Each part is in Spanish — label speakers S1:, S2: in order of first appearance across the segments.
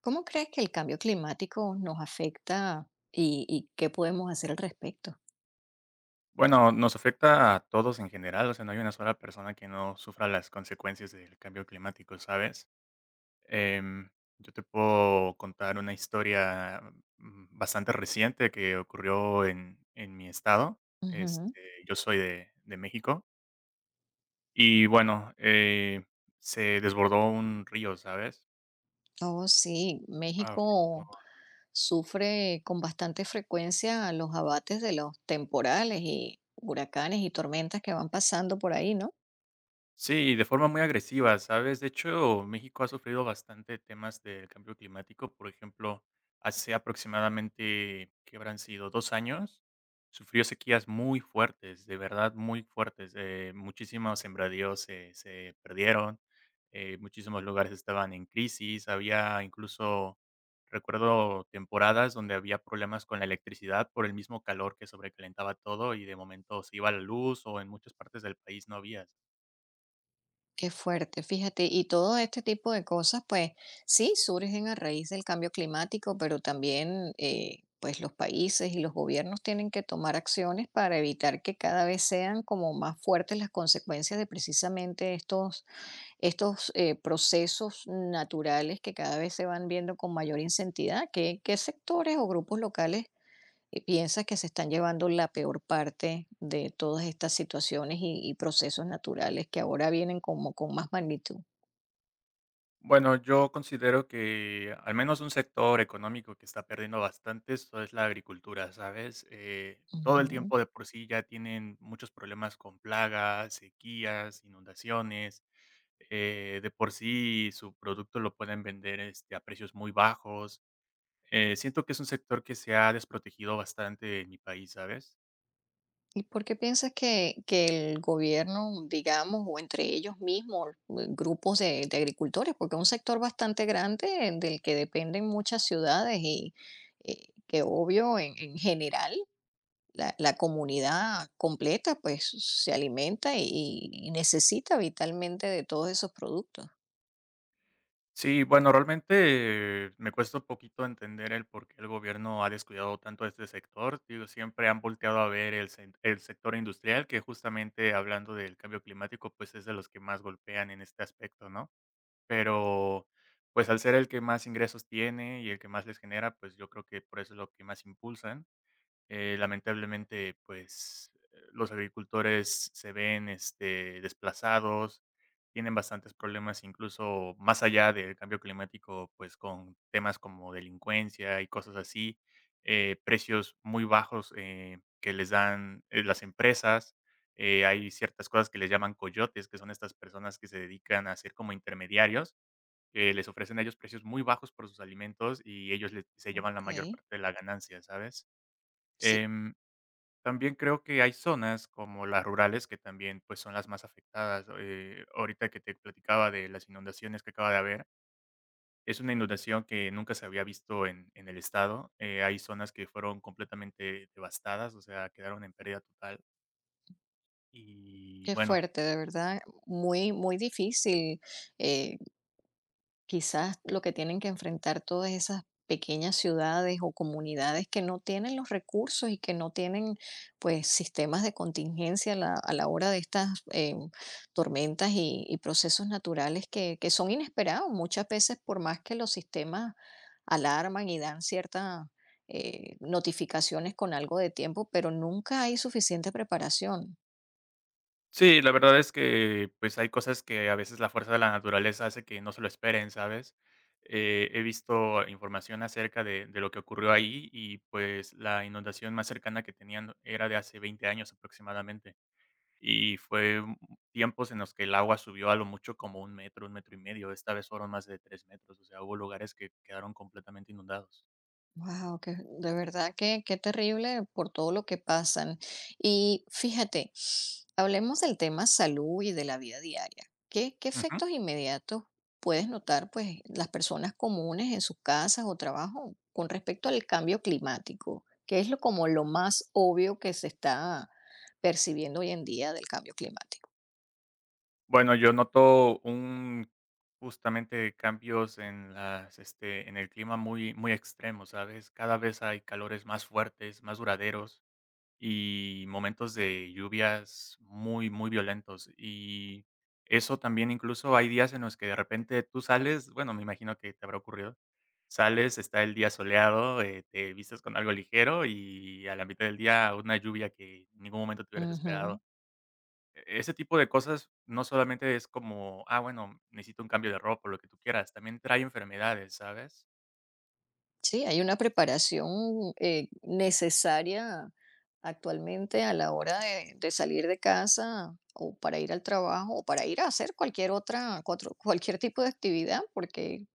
S1: ¿Cómo crees que el cambio climático nos afecta y qué podemos hacer al respecto?
S2: Bueno, nos afecta a todos en general, o sea, no hay una sola persona que no sufra las consecuencias del cambio climático, ¿sabes? Em, yo te puedo contar una historia bastante reciente que ocurrió en mi estado.
S1: Ujú.
S2: Este, yo soy de México y bueno, se desbordó un río, ¿sabes?
S1: Oh, sí,
S2: Afectó.
S1: México sufre con bastante frecuencia los abates de los temporales y huracanes y tormentas que van pasando por ahí, ¿no?
S2: Sí, de forma muy agresiva, ¿sabes? De hecho, México ha sufrido bastante temas del cambio climático. Por ejemplo, hace aproximadamente, ¿qué habrán sido? 2 años, sufrió sequías muy fuertes, de verdad muy fuertes. Muchísimos sembradíos se perdieron, muchísimos lugares estaban en crisis, había incluso, recuerdo, temporadas donde había problemas con la electricidad por el mismo calor que sobrecalentaba todo y de momento se iba la luz o en muchas partes del país no había.
S1: Qué fuerte, fíjate, y todo este tipo de cosas, pues sí, surgen a raíz del cambio climático, pero también pues los países y los gobiernos tienen que tomar acciones para evitar que cada vez sean como más fuertes las consecuencias de precisamente estos procesos naturales que cada vez se van viendo con mayor intensidad. ¿Qué, qué sectores o grupos locales ¿y piensas que se están llevando la peor parte de todas estas situaciones y procesos naturales que ahora vienen como con más magnitud?
S2: Bueno, yo considero que al menos un sector económico que está perdiendo bastante eso es la agricultura, ¿sabes? Todo el
S1: Ujú.
S2: tiempo de por sí ya tienen muchos problemas con plagas, sequías, inundaciones. De por sí su producto lo pueden vender a precios muy bajos. Siento que es un sector que se ha desprotegido bastante en mi país, ¿sabes?
S1: ¿Y por qué piensas que el gobierno, digamos, o entre ellos mismos, grupos de agricultores, porque es un sector bastante grande del que dependen muchas ciudades y que obvio en general la comunidad completa pues se alimenta y necesita vitalmente de todos esos productos?
S2: Sí, bueno, realmente me cuesta un poquito entender el por qué el gobierno ha descuidado tanto este sector. Digo, siempre han volteado a ver el sector industrial, que justamente hablando del cambio climático, pues es de los que más golpean en este aspecto, ¿no? Pero pues al ser el que más ingresos tiene y el que más les genera, pues yo creo que por eso es lo que más impulsan. Lamentablemente, pues, los agricultores se ven, desplazados, tienen bastantes problemas, incluso más allá del cambio climático, pues, con temas como delincuencia y cosas así, precios muy bajos, que les dan, las empresas. Hay ciertas cosas que les llaman coyotes, que son estas personas que se dedican a ser como intermediarios, que les ofrecen a ellos precios muy bajos por sus alimentos y ellos se llevan la
S1: Ok.
S2: mayor parte de la ganancia, ¿sabes?
S1: Sí,
S2: Em, También creo que hay zonas como las rurales que también, pues, son las más afectadas. Ahorita que te platicaba de las inundaciones que acaba de haber, es una inundación que nunca se había visto en el estado. Hay zonas que fueron completamente devastadas, o sea, quedaron en pérdida total. Y
S1: qué
S2: bueno.
S1: fuerte, de verdad, muy difícil. eh, Quizás lo que tienen que enfrentar todas esas pequeñas ciudades o comunidades que no tienen los recursos y que no tienen pues sistemas de contingencia a la hora de estas tormentas y procesos naturales que son inesperados. Muchas veces, por más que los sistemas alarman y dan ciertas notificaciones con algo de tiempo, pero nunca hay suficiente preparación.
S2: Sí, la verdad es que, pues, hay cosas que a veces la fuerza de la naturaleza hace que no se lo esperen, ¿sabes? He visto información acerca de lo que ocurrió ahí y, pues, la inundación más cercana que tenían era de hace 20 años aproximadamente. y fue un- Tiempos en los que el agua subió a lo mucho como 1 metro, 1 metro y medio. Esta vez fueron más de 3 metros, o sea, hubo lugares que quedaron completamente inundados.
S1: Wow, que de verdad que qué terrible por todo lo que pasan. Y fíjate, hablemos del tema salud y de la vida diaria. ¿Qué, qué efectos inmediatos puedes notar, pues, las personas comunes en sus casas o trabajo con respecto al cambio climático? ¿Qué es lo como lo más obvio que se está percibiendo hoy en día del cambio climático?
S2: Bueno, yo noto un justamente cambios en en el clima muy, muy extremos, ¿sabes? Cada vez hay calores más fuertes, más duraderos y momentos de lluvias muy, muy violentos. Y eso también, incluso hay días en los que de repente tú sales, bueno, me imagino que te habrá ocurrido, sales, está el día soleado, te vistes con algo ligero y a la mitad del día una lluvia que en ningún momento te hubieras
S1: Ujú.
S2: esperado. E ese tipo de cosas no solamente es como, ah, bueno, necesito un cambio de ropa o lo que tú quieras, también trae enfermedades, ¿sabes?
S1: Sí, hay una preparación necesaria actualmente, a la hora de salir de casa o para ir al trabajo o para ir a hacer cualquier otra, cualquier tipo de actividad, porque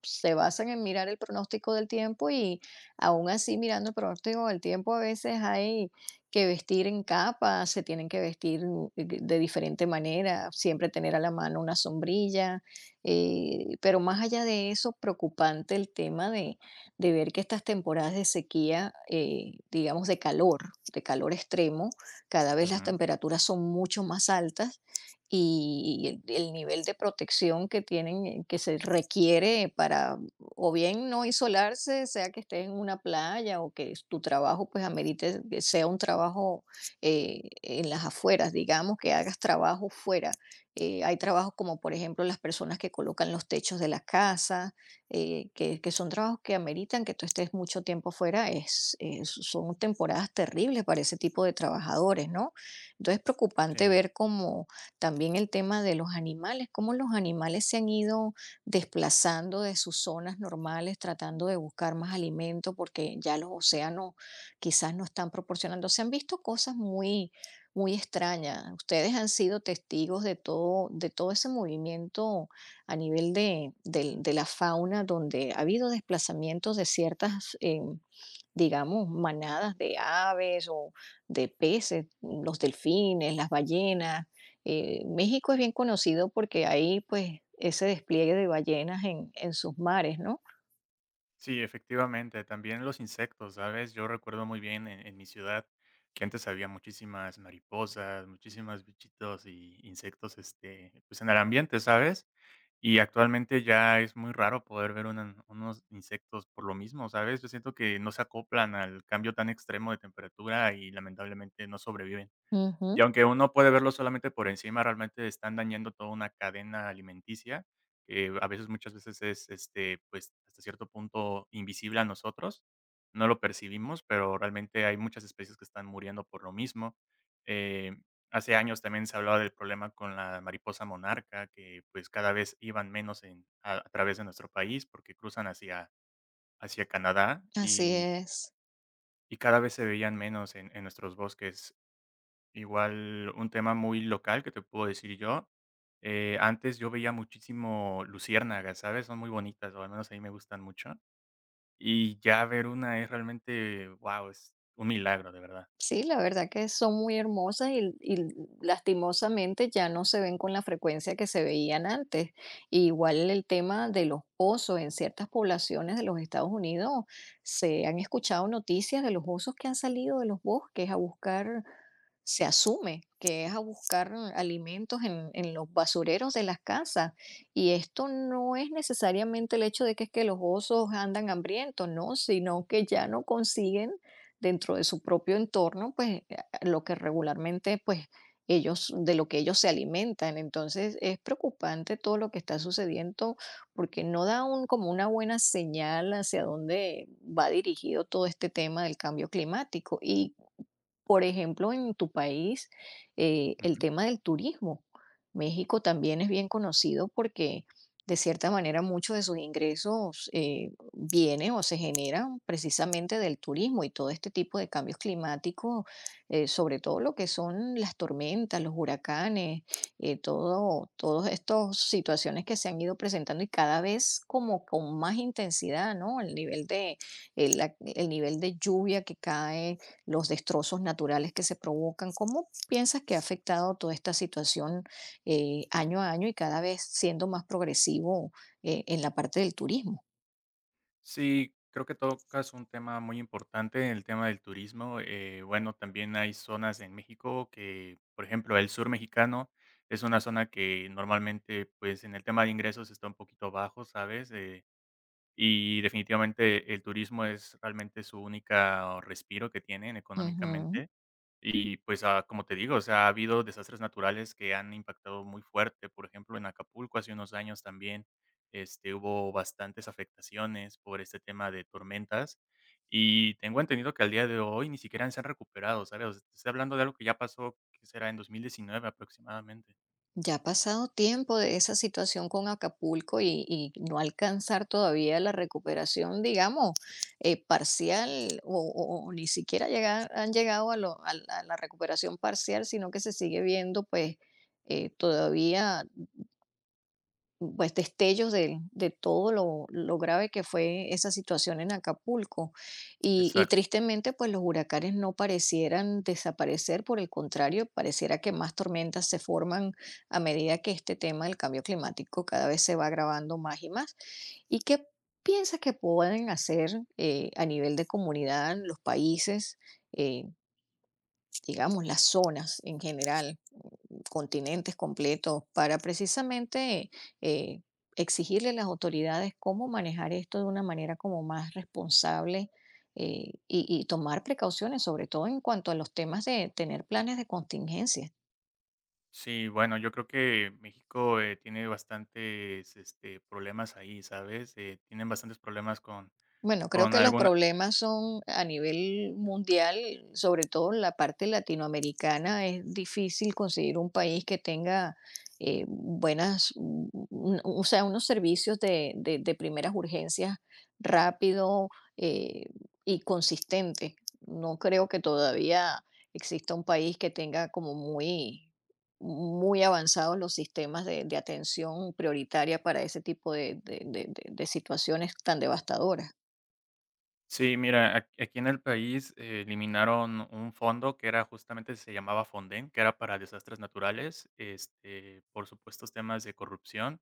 S1: se basan en mirar el pronóstico del tiempo y aún así mirando el pronóstico del tiempo a veces hay que vestir en capa, se tienen que vestir de diferente manera, siempre tener a la mano una sombrilla, pero más allá de eso, preocupante el tema de ver que estas temporadas de sequía, digamos de calor extremo, cada vez las
S2: Ujú,
S1: temperaturas son mucho más altas y el nivel de protección que tienen, que se requiere para o bien no isolarse, sea que estés en una playa o que tu trabajo pues amerite que sea un trabajo en las afueras, digamos que hagas trabajo fuera. Hay trabajos como por ejemplo las personas que colocan los techos de las casas, que son trabajos que ameritan que tú estés mucho tiempo fuera, son temporadas terribles para ese tipo de trabajadores, ¿no? Entonces es preocupante
S2: sí.
S1: ver cómo también el tema de los animales, cómo los animales se han ido desplazando de sus zonas normales, tratando de buscar más alimento porque ya los océanos quizás no están proporcionando. Se han visto cosas muy, muy extrañas. Ustedes han sido testigos de todo ese movimiento a nivel de, de la fauna, donde ha habido desplazamientos de ciertas digamos, manadas de aves o de peces, los delfines, las ballenas. México es bien conocido porque hay pues ese despliegue de ballenas en sus mares, ¿no?
S2: Sí, efectivamente, también los insectos, ¿sabes? Yo recuerdo muy bien en mi ciudad que antes había muchísimas mariposas, muchísimas bichitos y insectos, pues, en el ambiente, ¿sabes? Y actualmente ya es muy raro poder ver una unos insectos por lo mismo, ¿sabes? Yo siento que no se acoplan al cambio tan extremo de temperatura y lamentablemente no sobreviven. Y
S1: Ujú,
S2: aunque uno puede verlo solamente por encima, realmente están dañando toda una cadena alimenticia, que a veces, muchas veces es, pues, hasta cierto punto invisible a nosotros. No lo percibimos, pero realmente hay muchas especies que están muriendo por lo mismo. Eh, Hace años también se hablaba del problema con la mariposa monarca, que, pues, cada vez iban menos en a través de nuestro país, porque cruzan hacia Canadá
S1: así
S2: y
S1: es.
S2: y cada vez se veían menos en nuestros bosques. Igual un tema muy local que te puedo decir yo, antes yo veía muchísimo luciérnagas, ¿sabes? Son muy bonitas, o al menos a mí me gustan mucho. Y ya ver una es realmente, wow, es un milagro, de verdad.
S1: Sí, la verdad que son muy hermosas y lastimosamente ya no se ven con la frecuencia que se veían antes. Y igual el tema de los osos en ciertas poblaciones de los Estados Unidos, se han escuchado noticias de los osos que han salido de los bosques a buscar, se asume que es a buscar alimentos en los basureros de las casas. Y esto no es necesariamente el hecho de que es que los osos andan hambrientos, no, sino que ya no consiguen dentro de su propio entorno, pues lo que regularmente, pues ellos, de lo que ellos se alimentan. Entonces es preocupante todo lo que está sucediendo porque no da un, como una buena señal hacia dónde va dirigido todo este tema del cambio climático. Y por ejemplo, en tu país, el
S2: Ujú.
S1: tema del turismo. México también es bien conocido porque de cierta manera muchos de sus ingresos vienen o se generan precisamente del turismo y todo este tipo de cambios climáticos, sobre todo lo que son las tormentas, los huracanes, todo, todas estas situaciones que se han ido presentando y cada vez como con más intensidad, ¿no? El nivel de, el el nivel de lluvia que cae los destrozos naturales que se provocan. ¿Cómo piensas que ha afectado toda esta situación año a año y cada vez siendo más progresivo en la parte del turismo?
S2: Sí, creo que tocas un tema muy importante, el tema del turismo. Bueno, también hay zonas en México que, por ejemplo, el sur mexicano es una zona que normalmente, pues, en el tema de ingresos está un poquito bajo, ¿sabes? Y definitivamente el turismo es realmente su única respiro que tienen
S1: Ujú.
S2: económicamente. Y pues, ah, como te digo, o sea, ha habido desastres naturales que han impactado muy fuerte. Por ejemplo, en Acapulco hace unos años también, hubo bastantes afectaciones por este tema de tormentas. Y tengo entendido que al día de hoy ni siquiera se han recuperado, ¿sabes? O sea, te estoy hablando de algo que ya pasó, que será en 2019 aproximadamente.
S1: Ya ha pasado tiempo de esa situación con Acapulco y no alcanzar todavía la recuperación, digamos, parcial o, o ni siquiera llegar, han llegado a, a la recuperación parcial, sino que se sigue viendo pues todavía pues, destellos de todo lo grave que fue esa situación en Acapulco. Y
S2: Exacto.
S1: tristemente, pues los huracanes no parecieran desaparecer, por el contrario, pareciera que más tormentas se forman a medida que este tema del cambio climático cada vez se va agravando más y más. ¿Y qué piensas que pueden hacer a nivel de comunidad los países, eh, digamos, las zonas en general? Continentes completos para precisamente eh, exigirle a las autoridades cómo manejar esto de una manera como más responsable y tomar precauciones, sobre todo en cuanto a los temas de tener planes de contingencia.
S2: Sí, bueno, yo creo que México, tiene bastantes, problemas ahí, ¿sabes? Tienen bastantes problemas con
S1: Bueno, creo
S2: con
S1: que los
S2: alguna.
S1: problemas son a nivel mundial, sobre todo en la parte latinoamericana, es difícil conseguir un país que tenga buenas, o sea, unos servicios de, de primeras urgencias rápido eh, y consistente. No creo que todavía exista un país que tenga como muy, muy avanzados los sistemas de atención prioritaria para ese tipo de de situaciones tan devastadoras.
S2: Sí, mira, ac aquí en el país, eliminaron un fondo que era, justamente se llamaba Fonden, que era para desastres naturales, por supuestos temas de corrupción.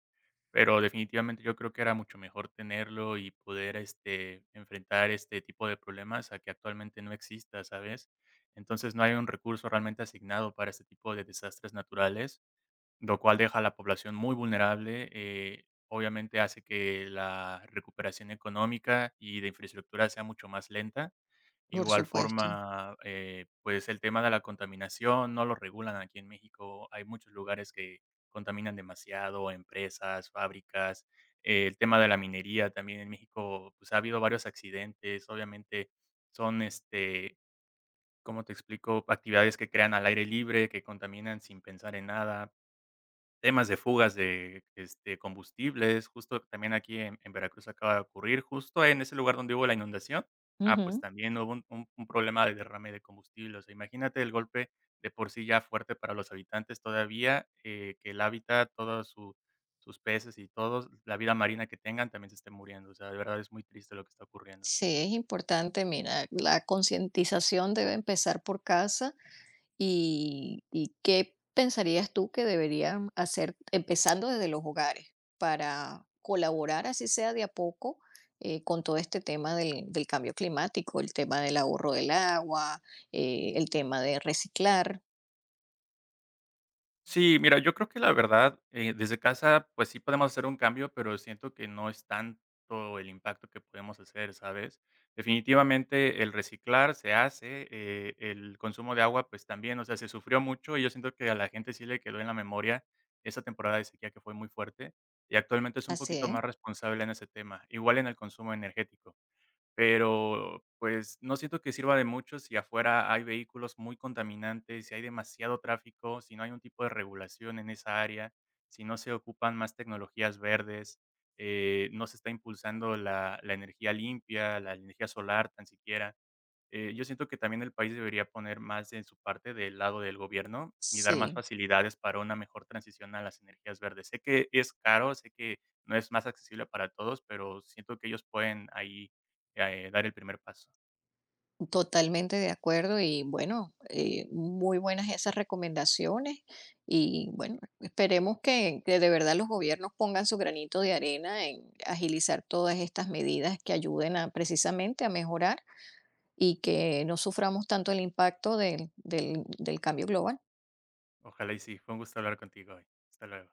S2: Pero definitivamente yo creo que era mucho mejor tenerlo y poder, enfrentar este tipo de problemas a que actualmente no exista, ¿sabes? Entonces, no hay un recurso realmente asignado para este tipo de desastres naturales, lo cual deja a la población muy vulnerable. Obviamente hace que la recuperación económica y de infraestructura sea mucho más lenta.
S1: Por
S2: Igual
S1: supuesto.
S2: forma, pues, el tema de la contaminación no lo regulan aquí en México. Hay muchos lugares que contaminan demasiado, empresas, fábricas. El tema de la minería también en México, pues, ha habido varios accidentes. Obviamente son, ¿cómo te explico? Actividades que crean al aire libre, que contaminan sin pensar en nada. Temas de fugas de, combustibles, justo también aquí en Veracruz acaba de ocurrir, justo en ese lugar donde hubo la inundación. Ah, pues
S1: Ujú.
S2: también hubo un problema de derrame de combustible, o sea, imagínate el golpe, de por sí ya fuerte para los habitantes, todavía, que el hábitat, todos su sus peces y todos, la vida marina que tengan también se esté muriendo, o sea, de verdad es muy triste lo que está ocurriendo.
S1: Sí, es importante, mira, la concientización debe empezar por casa y ¿qué pensarías tú que deberían hacer empezando desde los hogares para colaborar, así sea de a poco, con todo este tema del cambio climático, el tema del ahorro del agua, el tema de reciclar?
S2: Sí, mira, yo creo que la verdad, desde casa, pues sí podemos hacer un cambio, pero siento que no es tanto el impacto que podemos hacer, ¿sabes? Definitivamente el reciclar se hace, el consumo de agua, pues también, o sea, se sufrió mucho y yo siento que a la gente sí le quedó en la memoria esa temporada de sequía que fue muy fuerte, y actualmente es un
S1: Así
S2: poquito
S1: es,
S2: más responsable en ese tema, igual en el consumo energético. Pero, pues, no siento que sirva de mucho si afuera hay vehículos muy contaminantes, si hay demasiado tráfico, si no hay un tipo de regulación en esa área, si no se ocupan más tecnologías verdes, no se está impulsando la energía limpia, la energía solar tan siquiera. Yo siento que también el país debería poner más en su parte del lado del gobierno y dar más
S1: sí.
S2: facilidades para una mejor transición a las energías verdes. Sé que es caro, sé que no es más accesible para todos, pero siento que ellos pueden ahí, dar el primer paso.
S1: Totalmente de acuerdo y bueno, muy buenas esas recomendaciones y bueno, esperemos que de verdad los gobiernos pongan su granito de arena en agilizar todas estas medidas que ayuden a precisamente a mejorar y que no suframos tanto el impacto del del cambio global.
S2: Ojalá y sí. Fue un gusto hablar contigo hoy. Hasta luego.